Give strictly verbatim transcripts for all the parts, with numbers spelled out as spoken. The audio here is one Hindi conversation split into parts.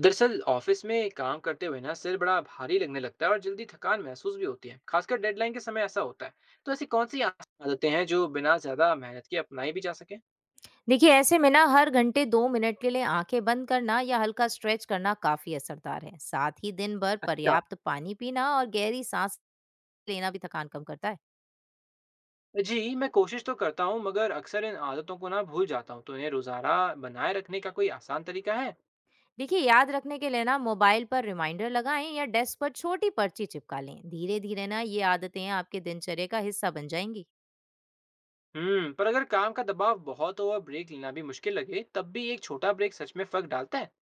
दरअसल ऑफिस में काम करते हुए ना सिर बड़ा भारी लगने लगता है और जल्दी थकान महसूस भी होती है। खासकर डेडलाइन के समय ऐसा होता है। तो ऐसी कौन सी आसान आदतें हैं जो बिना ज्यादा मेहनत के अपनाई भी जा सके? देखिए, ऐसे में ना हर घंटे दो मिनट के लिए आंखें बंद करना या हल्का स्ट्रेच करना काफी असरदार है। साथ ही दिन भर अच्छा। पर्याप्त पानी पीना और गहरी सांस लेना भी थकान कम करता है। जी, मैं कोशिश तो करता हूँ, मगर अक्सर इन आदतों को ना भूल जाता हूँ। तो इन्हें रोजाना बनाए रखने का कोई आसान तरीका है? देखिए, याद रखने के लिए ना मोबाइल पर रिमाइंडर लगाएं या डेस्क पर छोटी पर्ची चिपका लें। धीरे धीरे ना ये आदतें आपके दिनचर्या का हिस्सा बन जाएंगी। हम्म, पर अगर काम का दबाव बहुत हो और ब्रेक लेना भी मुश्किल लगे, तब भी एक छोटा ब्रेक सच में फर्क डालता है?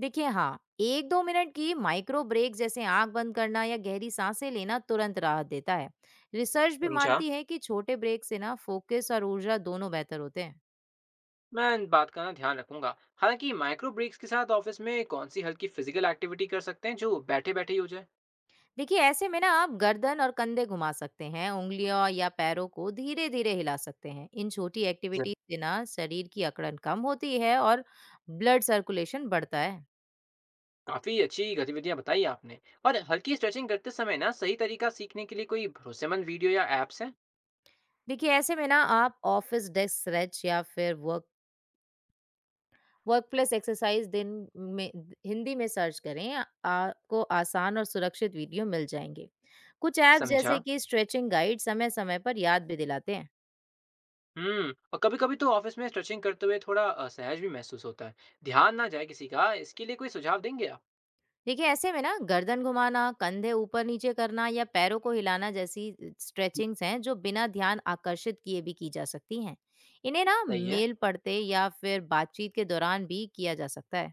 देखिए, हाँ, एक दो मिनट की माइक्रो ब्रेक जैसे आंख बंद करना या गहरी सांसें लेना तुरंत राहत देता है। रिसर्च भी समझा। मानती है कि छोटे ब्रेक से ना फोकस और ऊर्जा दोनों बेहतर होते हैं। मैं इन बात का ना ध्यान रखूंगा। हालांकि माइक्रो ब्रेक्स के साथ ऑफिस में कौन सी हल्की फिजिकल एक्टिविटी कर सकते हैं जो बैठे बैठे ही हो जाए? देखिए, ऐसे में ना आप गर्दन और कंधे घुमा सकते हैं, उंगलियों या पैरों को धीरे धीरे हिला सकते हैं। इन छोटी जरूर। एक्टिविटीज से ना शरीर की अकड़न कम होती है और ब्लड सर्कुलेशन बढ़ता है। काफी अच्छी गतिविधियां बताई आपने। और हल्की स्ट्रेचिंग करते समय ना सही तरीका सीखने के लिए कोई भरोसेमंद वीडियो या एप्स हैं? देखिए, ऐसे में ना आप ऑफिस डेस्क स्ट्रेच या फिर वर्क वर्क प्लेस एक्सरसाइज दिन में हिंदी में सर्च करें। आ- आपको आसान और सुरक्षित वीडियो मिल जाएंगे। कुछ ऐप्स समझा। जैसे कि स्ट्रेचिंग गाइड समय समय पर याद भी दिलाते हैं। हम्म, और कभी कभी तो ऑफिस में स्ट्रेचिंग करते हुए थोड़ा असहज भी महसूस होता है। ध्यान ना जाए किसी का, इसके लिए कोई सुझाव देंगे आप? देखिए, ऐसे में ना गर्दन घुमाना, कंधे ऊपर नीचे करना या पैरों को हिलाना जैसी स्ट्रेचिंग्स हैं जो बिना ध्यान आकर्षित किए भी की जा सकती हैं। इन्हें ना सही है। मेल पढ़ते या फिर बातचीत के दौरान भी किया जा सकता है।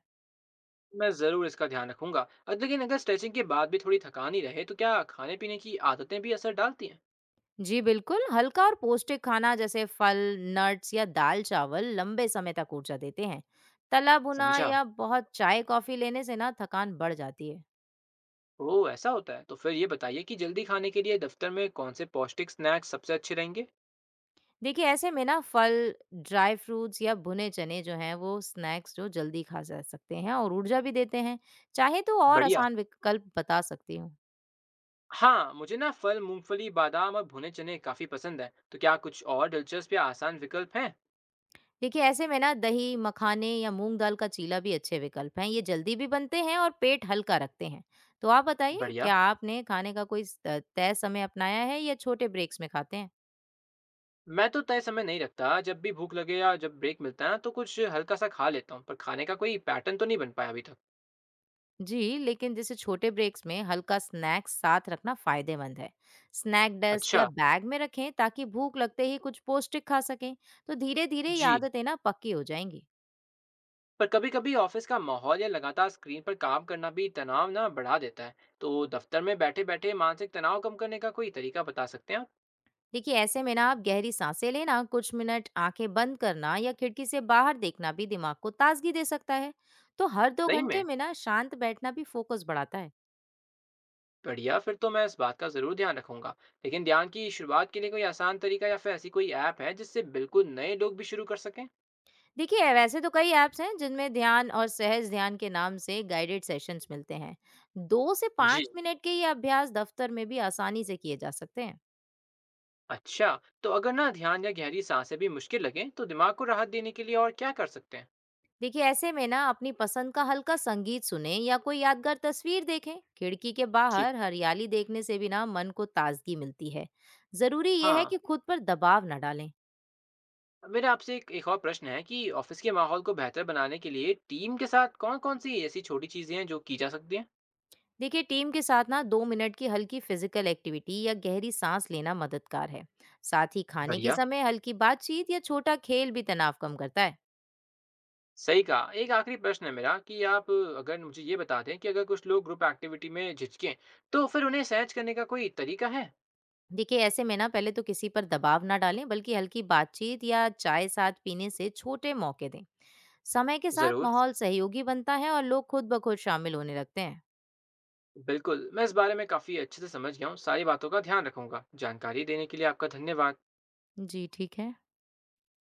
मैं जरूर इसका ध्यान रखूंगा। और लेकिन अगर स्ट्रेचिंग के बाद भी थोड़ी थकान ही रहे, तो क्या खाने पीने की आदतें भी असर डालती हैं? जी बिल्कुल, हल्का और पौष्टिक खाना जैसे फल, नट्स या दाल चावल लंबे समय तक ऊर्जा देते हैं। तला भुना समझा। या बहुत चाय कॉफी लेने से ना थकान बढ़ जाती है। ओह, ऐसा होता है? तो फिर ये बताइए कि जल्दी खाने के लिए दफ्तर में कौन से पौष्टिक स्नैक्स सबसे अच्छे रहेंगे? देखिए, ऐसे में ना फल, ड्राई फ्रूट्स या भुने चने जो हैं वो स्नैक्स जो जल्दी खा जा सकते हैं और ऊर्जा भी देते हैं। चाहे तो और बढ़िया। आसान विकल्प बता सकती हूँ। हाँ, मुझे ना फल, मूंगफली, बादाम और भुने चने काफी पसंद है। तो क्या कुछ और दिलचस्प या आसान विकल्प हैं? देखिए, ऐसे में ना दही, मखाने या मूंग दाल का चीला भी अच्छे विकल्प हैं। ये जल्दी भी बनते हैं और पेट हल्का रखते हैं। तो आप बताइए, बढ़िया। क्या आपने खाने का कोई स- तय समय अपनाया है या छोटे ब्रेक्स में खाते हैं? मैं तो तय समय नहीं रखता, जब भी भूख लगे या जब ब्रेक मिलता है ना, तो कुछ हल्का सा खा लेता हूँ। पर खाने का कोई पैटर्न तो नहीं बन पाया अभी तक। जी, लेकिन जैसे छोटे ब्रेक्स में हल्का स्नैक्स साथ रखना फायदेमंद है। स्नैक डेस्क या अच्छा। बैग में रखें ताकि भूख लगते ही कुछ पौष्टिक खा सकें। तो धीरे धीरे ये जी, आदतें ना पक्की हो जाएंगी। पर कभी कभी ऑफिस का माहौल या लगातार स्क्रीन पर काम करना भी तनाव ना बढ़ा देता है। तो दफ्तर में बैठे बैठे मानसिक तनाव कम करने का कोई तरीका बता सकते हैं आप? देखिए, ऐसे में ना आप गहरी सांसें लेना, कुछ मिनट आंखें बंद करना या खिड़की से बाहर देखना भी दिमाग को ताजगी दे सकता है। तो हर दो सही में। घंटे में ना शांत बैठना भी फोकस बढ़ाता है। बढ़िया, फिर तो मैं इस बात का ज़रूर ध्यान रखूँगा। लेकिन ध्यान की शुरुआत के लिए कोई आसान तरीका या फिर ऐसी कोई ऐप है, जिससे बिल्कुल नए लोग भी शुरू कर सकें? देखिए, वैसे तो कई ऐप्स हैं जिनमें ध्यान और सहज ध्यान के नाम से गाइडेड सेशंस मिलते हैं। दो से जी। पाँच मिनट के ये अभ्यास दफ्तर में भी आसानी से किए जा सकते हैं। अच्छा, तो अगर ना ध्यान या गहरी सांसें भी मुश्किल लगें, तो दिमाग को राहत देने के लिए और क्या कर सकते हैं? देखिए, ऐसे में ना अपनी पसंद का हल्का संगीत सुने या कोई यादगार तस्वीर देखें। खिड़की के ठीक। बाहर हरियाली देखने से भी ना मन को ताजगी मिलती है। ज़रूरी ये है हाँ, कि खुद पर दबाव ना डालें। मेरा आपसे एक, एक और प्रश्न है कि ऑफिस के माहौल को बेहतर बनाने के लिए टीम के साथ कौन-कौन सी ऐसी छोटी चीज़ें हैं, जो की जा सकती हैं? देखिए, टीम के साथ ना दो मिनट की हल्की फिजिकल एक्टिविटी या गहरी सांस लेना मददगार है। साथ ही खाने के बढ़िया। समय हल्की बातचीत या छोटा खेल भी तनाव कम करता है। सही कहा। एक आखिरी प्रश्न है मेरा कि आप अगर मुझे ये बता दें कि अगर कुछ लोग ग्रुप एक्टिविटी में झिझकें, तो फिर उन्हें सहज करने का कोई तरीका है? देखिए, ऐसे में ना पहले तो किसी पर दबाव ना डालें, बल्कि हल्की बातचीत या चाय साथ पीने से छोटे मौके दें। समय के साथ ज़रूर। माहौल सहयोगी बनता है और लोग खुद ब खुद शामिल होने लगते हैं। बिल्कुल, मैं इस बारे में काफ़ी अच्छे से समझ गया हूँ। सारी बातों का ध्यान रखूँगा। जानकारी देने के लिए आपका धन्यवाद। जी, ठीक है।